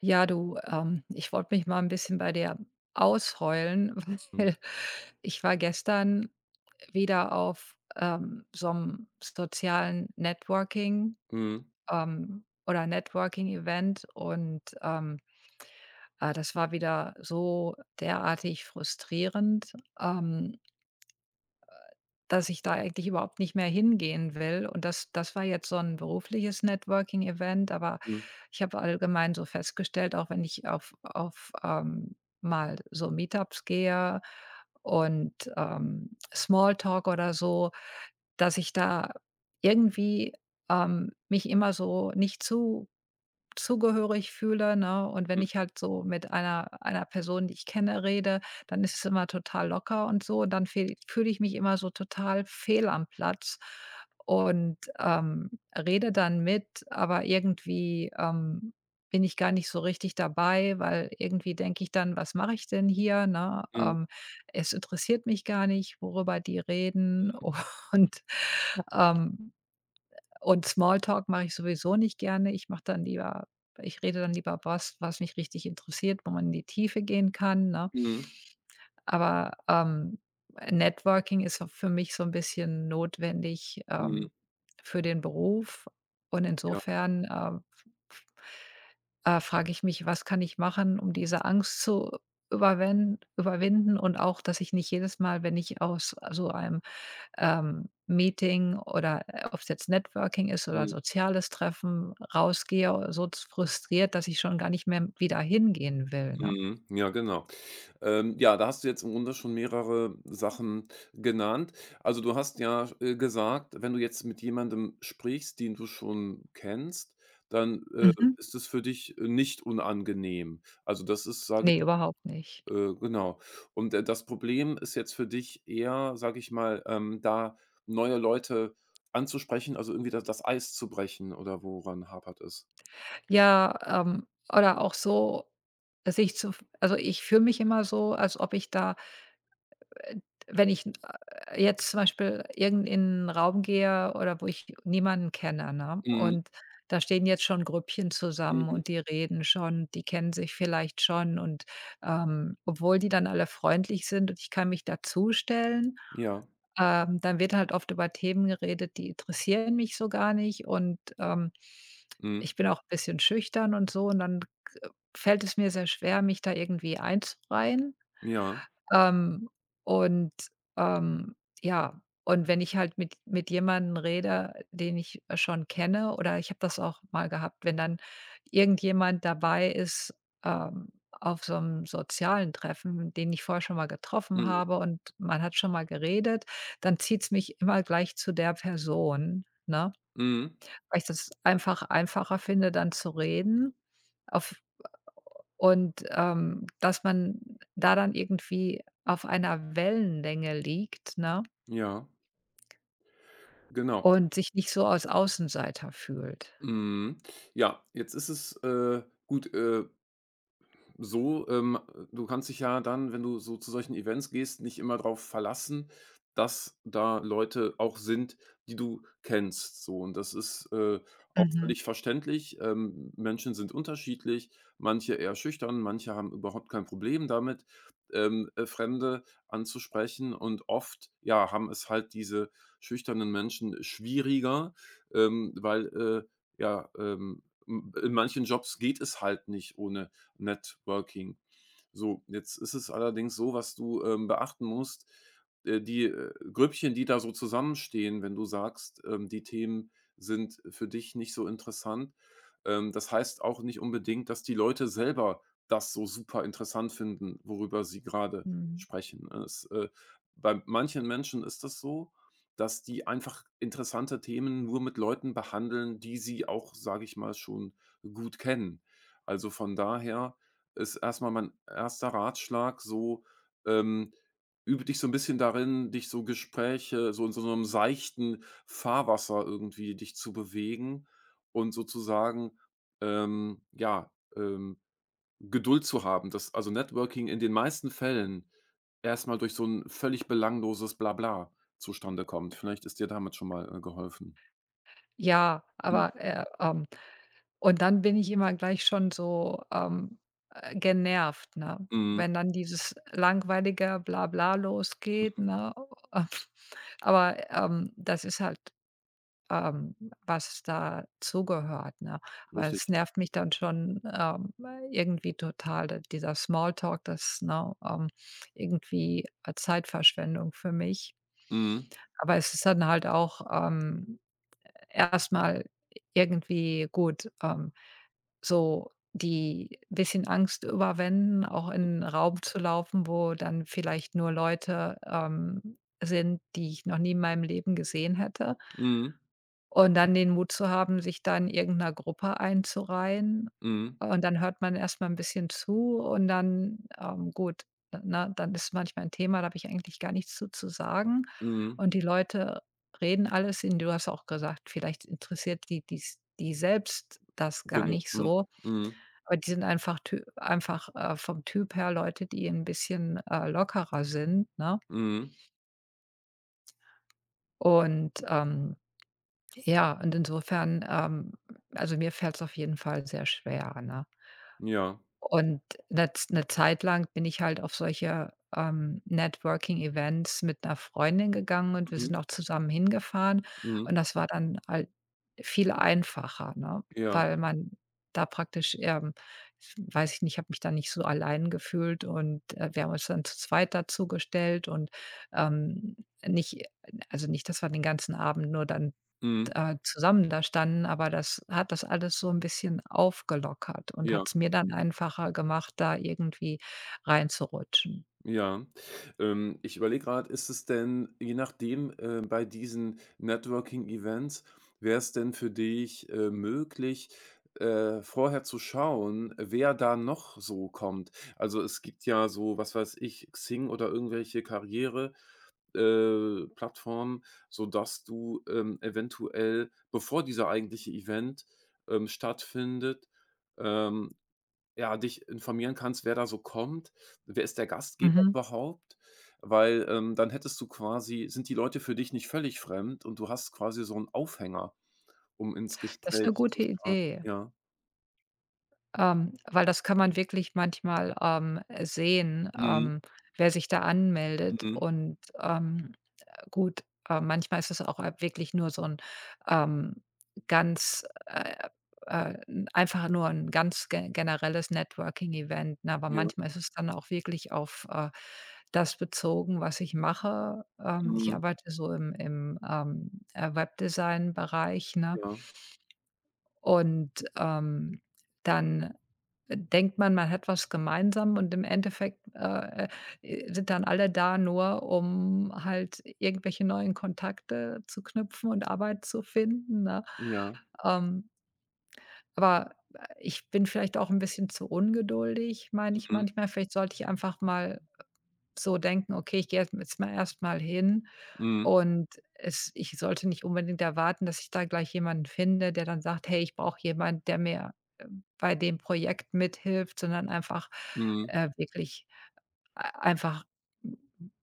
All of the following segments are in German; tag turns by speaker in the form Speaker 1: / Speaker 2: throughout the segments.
Speaker 1: Ja, du, ich wollte mich mal ein bisschen bei dir ausheulen,
Speaker 2: Mhm.
Speaker 1: weil ich war gestern wieder auf, so einem sozialen Networking,
Speaker 2: Mhm.
Speaker 1: oder Networking-Event und, das war wieder so derartig frustrierend. Ähm dass ich da eigentlich überhaupt nicht mehr hingehen will und das das war jetzt so ein berufliches Networking-Event, aber
Speaker 2: Mhm.
Speaker 1: ich habe allgemein so festgestellt, auch wenn ich auf mal so Meetups gehe und, Smalltalk oder so, dass ich da irgendwie, mich immer so nicht zu zugehörig fühle, ne? Und wenn ich halt so mit einer Person, die ich kenne, rede, dann ist es immer total locker und so. Und dann fehl fühle ich mich immer so total fehl am Platz und, rede dann mit, aber irgendwie, bin ich gar nicht so richtig dabei, weil irgendwie denke ich dann: „Was mache ich denn hier", ne?
Speaker 2: Mhm.
Speaker 1: Es interessiert mich gar nicht, worüber die reden und, ähm und Smalltalk mache ich sowieso nicht gerne. Ich rede dann lieber was, was mich richtig interessiert, wo man in die Tiefe gehen kann, ne?
Speaker 2: Mhm.
Speaker 1: Aber, Networking ist so für mich so ein bisschen notwendig,
Speaker 2: Mhm.
Speaker 1: für den Beruf und
Speaker 2: Ja.
Speaker 1: insofern, f frage ich mich: „Was kann ich machen, um diese Angst zu überwen überwinden?" Und auch, dass ich nicht jedes Mal, wenn ich aus so einem Meeting oder, ob es jetzt Networking ist oder
Speaker 2: Mhm.
Speaker 1: soziales Treffen, rausgehe, so z frustriert, dass ich schon gar nicht mehr wieder hingehen will, ne?
Speaker 2: Mhm. Ja, genau. Ja, da hast du jetzt im Grunde schon mehrere Sachen genannt. Also, du hast ja, gesagt, wenn du jetzt mit jemandem sprichst, den du schon kennst, dann,
Speaker 1: Mhm.
Speaker 2: ist es für dich, nicht unangenehm. Also, das ist, sage
Speaker 1: Ne, überhaupt nicht.
Speaker 2: ich genau. Und, das Problem ist jetzt für dich eher, sage ich mal, da neue Leute anzusprechen, also irgendwie da das Eis zu brechen oder woran hapert es?
Speaker 1: Ja, oder auch so, dass ich zu also, ich fühle mich immer so, als ob ich da. Äh, wenn ich, jetzt zum Beispiel irgend in 'n Raum gehe oder wo ich niemanden kenne, ne?
Speaker 2: Mhm,
Speaker 1: Und da stehen jetzt schon Grüppchen zusammen
Speaker 2: mhm.
Speaker 1: und die reden schon, die kennen sich vielleicht schon und, obwohl die dann alle freundlich sind und ich kann mich dazustellen,
Speaker 2: Ja,
Speaker 1: dann wird halt oft über Themen geredet, die interessieren mich so gar nicht und,
Speaker 2: mhm,
Speaker 1: ich bin auch 'n bisschen schüchtern und so und dann fällt es mir sehr schwer, mich da irgendwie einzureihen.
Speaker 2: ja,
Speaker 1: Ähm, und, ähm, ja und wenn ich halt mit jemandem rede, den ich schon kenne oder ich habe das auch mal gehabt, wenn dann irgendjemand dabei ist, auf so einem sozialen Treffen, den ich vorher schon mal getroffen
Speaker 2: mhm,
Speaker 1: habe und man hat schon mal geredet, dann zieht es mich immer gleich zu der Person, ne?
Speaker 2: mhm,
Speaker 1: Weil ich das einfach einfacher finde, dann zu reden auf und, dass man da dann irgendwie auf einer Wellenlänge liegt, ne,
Speaker 2: ja, genau.
Speaker 1: und sich nicht so als Außenseiter fühlt.
Speaker 2: Mhm. Ja, jetzt ist es, gut, so, du kannst dich ja dann, wenn du so zu solchen Events gehst, nicht immer darauf verlassen, dass da Leute auch sind, die du kennst, so. Und das ist, auch
Speaker 1: Mhm,
Speaker 2: völlig verständlich. Menschen sind unterschiedlich, manche eher schüchtern, manche haben überhaupt kein Problem damit, Fremde anzusprechen und oft, ja, haben es halt diese schüchternen Menschen schwieriger, weil, ja, m in manchen Jobs geht es halt nicht ohne Networking. So, jetzt ist es allerdings so, was du, beachten musst, die, Grüppchen, die da so zusammenstehen, wenn du sagst, die Themen sind für dich nicht so interessant. Das heißt auch nicht unbedingt, dass die Leute selber das so super interessant finden, worüber sie gerade
Speaker 1: mhm.
Speaker 2: sprechen. Bei manchen Menschen ist das so, dass die einfach interessante Themen nur mit Leuten behandeln, die sie auch, sage ich mal, schon gut kennen. Also, von daher ist erstmal mein erster Ratschlag so, ähm, übe dich so ein bisschen darin, dich so Gespräche so in so einem seichten Fahrwasser irgendwie dich zu bewegen und sozusagen, ähm, ja, ähm, Geduld zu haben, dass also, Networking in den meisten Fällen erstmal durch so ein völlig belangloses Blabla zustande kommt. Vielleicht ist dir damit schon mal, geholfen.
Speaker 1: Ja, aber, und dann bin ich immer gleich schon so, genervt, ne?
Speaker 2: Mhm.
Speaker 1: Wenn dann dieses langweilige Blabla losgeht, ne? Aber, das ist halt, ähm, was dazugehört, ne? Aber es
Speaker 2: Richtig.
Speaker 1: nervt mich dann schon, irgendwie total, d dieser Smalltalk, das, ne, irgendwie, Zeitverschwendung für mich.
Speaker 2: Mhm.
Speaker 1: Aber es ist dann halt auch, erst irgendwie gut, so die bisschen Angst überwinden, auch in 'n Raum zu laufen, wo dann vielleicht nur Leute, sind, die ich noch nie in meinem Leben gesehen hätte.
Speaker 2: Mhm.
Speaker 1: Und dann den Mut zu haben, sich da in irgend Gruppe einzureihen.
Speaker 2: Mhm.
Speaker 1: Und dann hört man erst mal 'n bisschen zu und dann, gut, ne, dann ist manchmal 'n Thema, da habe ich eigentlich gar nichts zu sagen.
Speaker 2: Mhm. Mhm.
Speaker 1: Und die Leute reden alles in du hast auch gesagt, vielleicht interessiert die die selbst das gar
Speaker 2: Genau.
Speaker 1: nicht
Speaker 2: Mhm.
Speaker 1: so.
Speaker 2: Mhm.
Speaker 1: Aber die sind einfach vom Typ her Leute, die 'n bisschen, lockerer sind, ne?
Speaker 2: Mhm.
Speaker 1: Und, ähm Ja, und insofern, also mir fällt es auf jeden Fall sehr schwer, ne?
Speaker 2: Ja.
Speaker 1: Und eine Zeit lang bin ich halt auf solche, Networking-Events mit einer Freundin gegangen und wir
Speaker 2: Mhm.
Speaker 1: sind auch zusammen hingefahren
Speaker 2: Mhm.
Speaker 1: und das war dann halt viel einfacher, ne?
Speaker 2: Ja.
Speaker 1: Weil man da praktisch, ich weiß ich nicht, habe mich da nicht so allein gefühlt und, wir haben uns dann zu zweit dazugestellt und, ähm, nicht also nicht, dass wir den ganzen Abend nur dann
Speaker 2: Mhm.
Speaker 1: zusammen da standen, aber das hat das alles so 'n bisschen aufgelockert und
Speaker 2: Ja.
Speaker 1: hat's mir dann einfacher gemacht, da irgendwie reinzurutschen.
Speaker 2: Ja. Ich überlege gerade, ist es denn je nachdem, bei diesen Networking-Events wäre es denn für dich, möglich, vorher zu schauen, wer da noch so kommt? Also, es gibt ja so, was weiß ich, Xing oder irgendwelche Karriere Plattformen, sodass du, eventuell, bevor dieser eigentliche Event, stattfindet, ähm, ja, dich informieren kannst, wer da so kommt. Wer ist der Gastgeber
Speaker 1: Mhm.
Speaker 2: überhaupt? Weil, dann hättest du quasi sind die Leute für dich nicht völlig fremd und du hast quasi so einen Aufhänger, um ins
Speaker 1: Das ist
Speaker 2: Gespräch
Speaker 1: 'ne
Speaker 2: zu
Speaker 1: gute
Speaker 2: starten.
Speaker 1: Idee.
Speaker 2: Ja.
Speaker 1: Weil das kann man wirklich manchmal, sehen,
Speaker 2: Mhm,
Speaker 1: wer sich da anmeldet
Speaker 2: mhm,
Speaker 1: und, gut, manchmal ist es auch a wirklich nur so ein ähm, ganz, 'n einfach nur ein ganz ge generelles Networking-Event, ne? Aber
Speaker 2: ja,
Speaker 1: manchmal ist es dann auch wirklich auf, das bezogen, was ich mache. Ich
Speaker 2: mhm,
Speaker 1: arbeite so im Webdesign-Bereich, ne?
Speaker 2: ja,
Speaker 1: Und, dann denkt man, man hat was gemeinsam und im Endeffekt, sind dann alle da nur, um halt irgendwelche neuen Kontakte zu knüpfen und Arbeit zu finden, ne?
Speaker 2: ja,
Speaker 1: Ähm, aber ich bin vielleicht auch ein bisschen zu ungeduldig, meine ich
Speaker 2: mhm,
Speaker 1: manchmal. Vielleicht sollte ich einfach mal so denken: „Okay, ich gehe jetzt mal erstmal hin
Speaker 2: mhm,
Speaker 1: und es ich sollte nicht unbedingt erwarten, dass ich da gleich jemanden finde, der dann sagt: „Hey, ich brauche jemand, der mir, bei dem Projekt mithilft", sondern einfach,
Speaker 2: mhm,
Speaker 1: wirklich ei einfach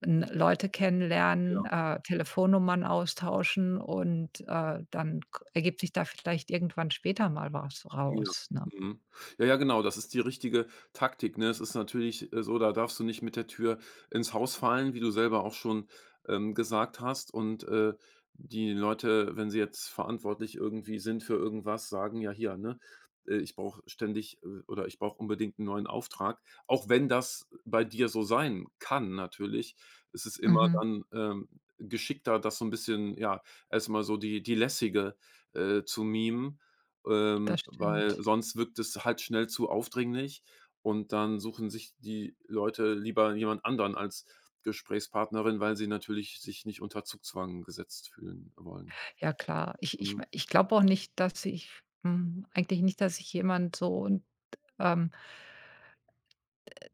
Speaker 1: n Leute kennenlernen,
Speaker 2: ja.
Speaker 1: Telefonnummern austauschen und, dann k ergibt sich da vielleicht irgendwann später mal was
Speaker 2: Ja.
Speaker 1: raus, ne?
Speaker 2: Mhm. Ja, ja, genau, das ist die richtige Taktik, ne? Es ist natürlich, so, da darfst du nicht mit der Tür ins Haus fallen, wie du selber auch schon, gesagt hast. Und, die Leute, wenn sie jetzt verantwortlich irgendwie sind für irgendwas, sagen ja hier, ne, ich brauche ständig, oder ich brauche unbedingt einen neuen Auftrag. Auch wenn das bei dir so sein kann natürlich, ist es immer
Speaker 1: Mhm,
Speaker 2: dann, geschickter, das so ein bisschen, ja, erst mal so die lässige, zu mimen
Speaker 1: das
Speaker 2: weil
Speaker 1: stimmt.
Speaker 2: sonst wirkt es halt schnell zu aufdringlich und dann suchen sich die Leute lieber jemand anderen als Gesprächspartnerin, weil sie natürlich sich nicht unter Zugzwang gesetzt fühlen wollen.
Speaker 1: Ja klar, ich ich
Speaker 2: Mhm.
Speaker 1: ich glaube auch nicht, dass ich eigentlich nicht, dass ich jemand so ähm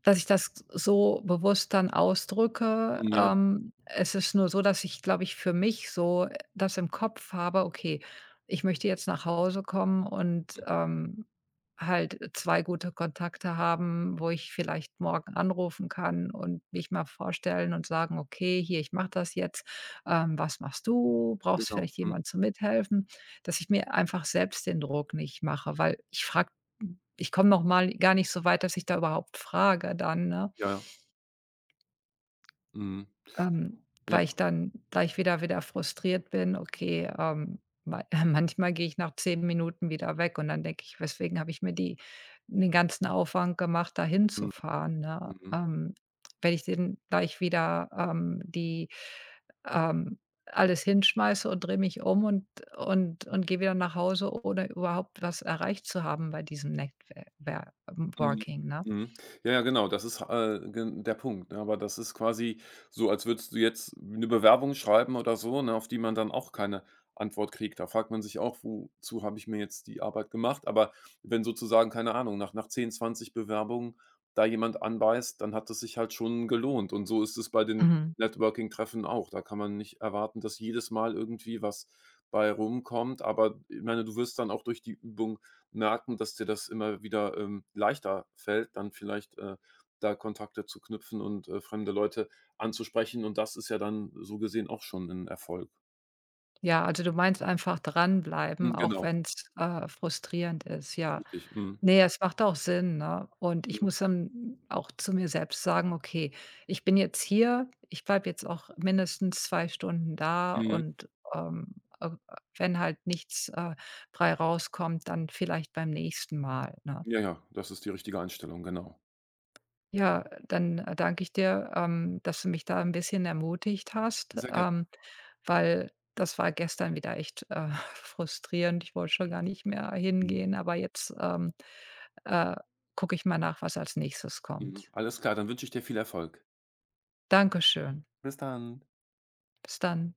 Speaker 1: dass ich das so bewusst dann ausdrücke.
Speaker 2: Ja,
Speaker 1: Es ist nur so, dass ich, glaube ich, für mich so das im Kopf habe: „Okay, ich möchte jetzt nach Hause kommen und,
Speaker 2: mhm.
Speaker 1: halt 2 gute Kontakte haben, wo ich vielleicht morgen anrufen kann und mich mal vorstellen und sagen: ‚Okay, hier, ich mache das jetzt. Was machst du? Brauchst
Speaker 2: Genau.
Speaker 1: vielleicht
Speaker 2: Mhm.
Speaker 1: jemand zu Mithelfen?'" Dass ich mir einfach selbst den Druck nicht mache, weil ich komme noch mal gar nicht so weit, dass ich da überhaupt frage dann, ne?
Speaker 2: Ja, ja. Mhm.
Speaker 1: Ähm,
Speaker 2: Ja.
Speaker 1: weil ich dann gleich wieder frustriert bin. Okay, ma manchmal gehe ich nach 10 Minuten wieder weg und dann denke ich: „Weswegen habe ich mir die den ganzen Aufwand gemacht, da
Speaker 2: Mhm.
Speaker 1: hinzufahren", ne?
Speaker 2: Mhm.
Speaker 1: Wenn ich den gleich wieder, die ähm, alles hinschmeiße und drehe mich um und gehe wieder nach Hause, ohne überhaupt was erreicht zu haben bei diesem Networking,
Speaker 2: Mhm.
Speaker 1: ne?
Speaker 2: Mhm. Ja, ja, genau, das ist, gen der Punkt, ne? Aber das ist quasi so, als würdest du jetzt eine Bewerbung schreiben oder so, ne, auf die man dann auch keine Antwort kriegt. Da fragt man sich auch: „Wozu habe ich mir jetzt die Arbeit gemacht?“ Aber wenn sozusagen, keine Ahnung, nach 10, 20 Bewerbungen da jemand anbeißt, dann hat es sich halt schon gelohnt. Und so ist es bei den
Speaker 1: Mhm.
Speaker 2: Networking-Treffen auch. Da kann man nicht erwarten, dass jedes Mal irgendwie was bei rumkommt. Aber ich meine, du wirst dann auch durch die Übung merken, dass dir das immer wieder, leichter fällt, dann vielleicht, da Kontakte zu knüpfen und, fremde Leute anzusprechen und das ist ja dann so gesehen auch schon ein Erfolg.
Speaker 1: Ja, also du meinst einfach dranbleiben,
Speaker 2: Mhm,
Speaker 1: auch
Speaker 2: genau,
Speaker 1: wenn's, frustrierend ist, ja.
Speaker 2: richtig. Mhm,
Speaker 1: Ne, es macht auch Sinn, ne? Und ich
Speaker 2: mhm,
Speaker 1: muss dann auch zu mir selbst sagen: „Okay, ich bin jetzt hier, ich bleibe jetzt auch mindestens 2 Stunden da
Speaker 2: mhm.
Speaker 1: und, äh, wenn halt nichts, bei rauskommt, dann vielleicht beim nächsten Mal", ne?
Speaker 2: Ja, ja, das ist die richtige Einstellung, genau.
Speaker 1: Ja, dann, danke ich dir, dass du mich da ein bisschen ermutigt hast,
Speaker 2: Sehr gerne.
Speaker 1: weil das war gestern wieder echt, frustrierend. Ich wollte schon gar nicht mehr
Speaker 2: Mhm,
Speaker 1: hingehen, aber jetzt, äh, gucke ich mal nach, was als Nächstes
Speaker 2: mhm.
Speaker 1: kommt.
Speaker 2: Alles klar, dann wünsche ich dir viel Erfolg.
Speaker 1: Dankeschön.
Speaker 2: Bis dann.
Speaker 1: Bis dann.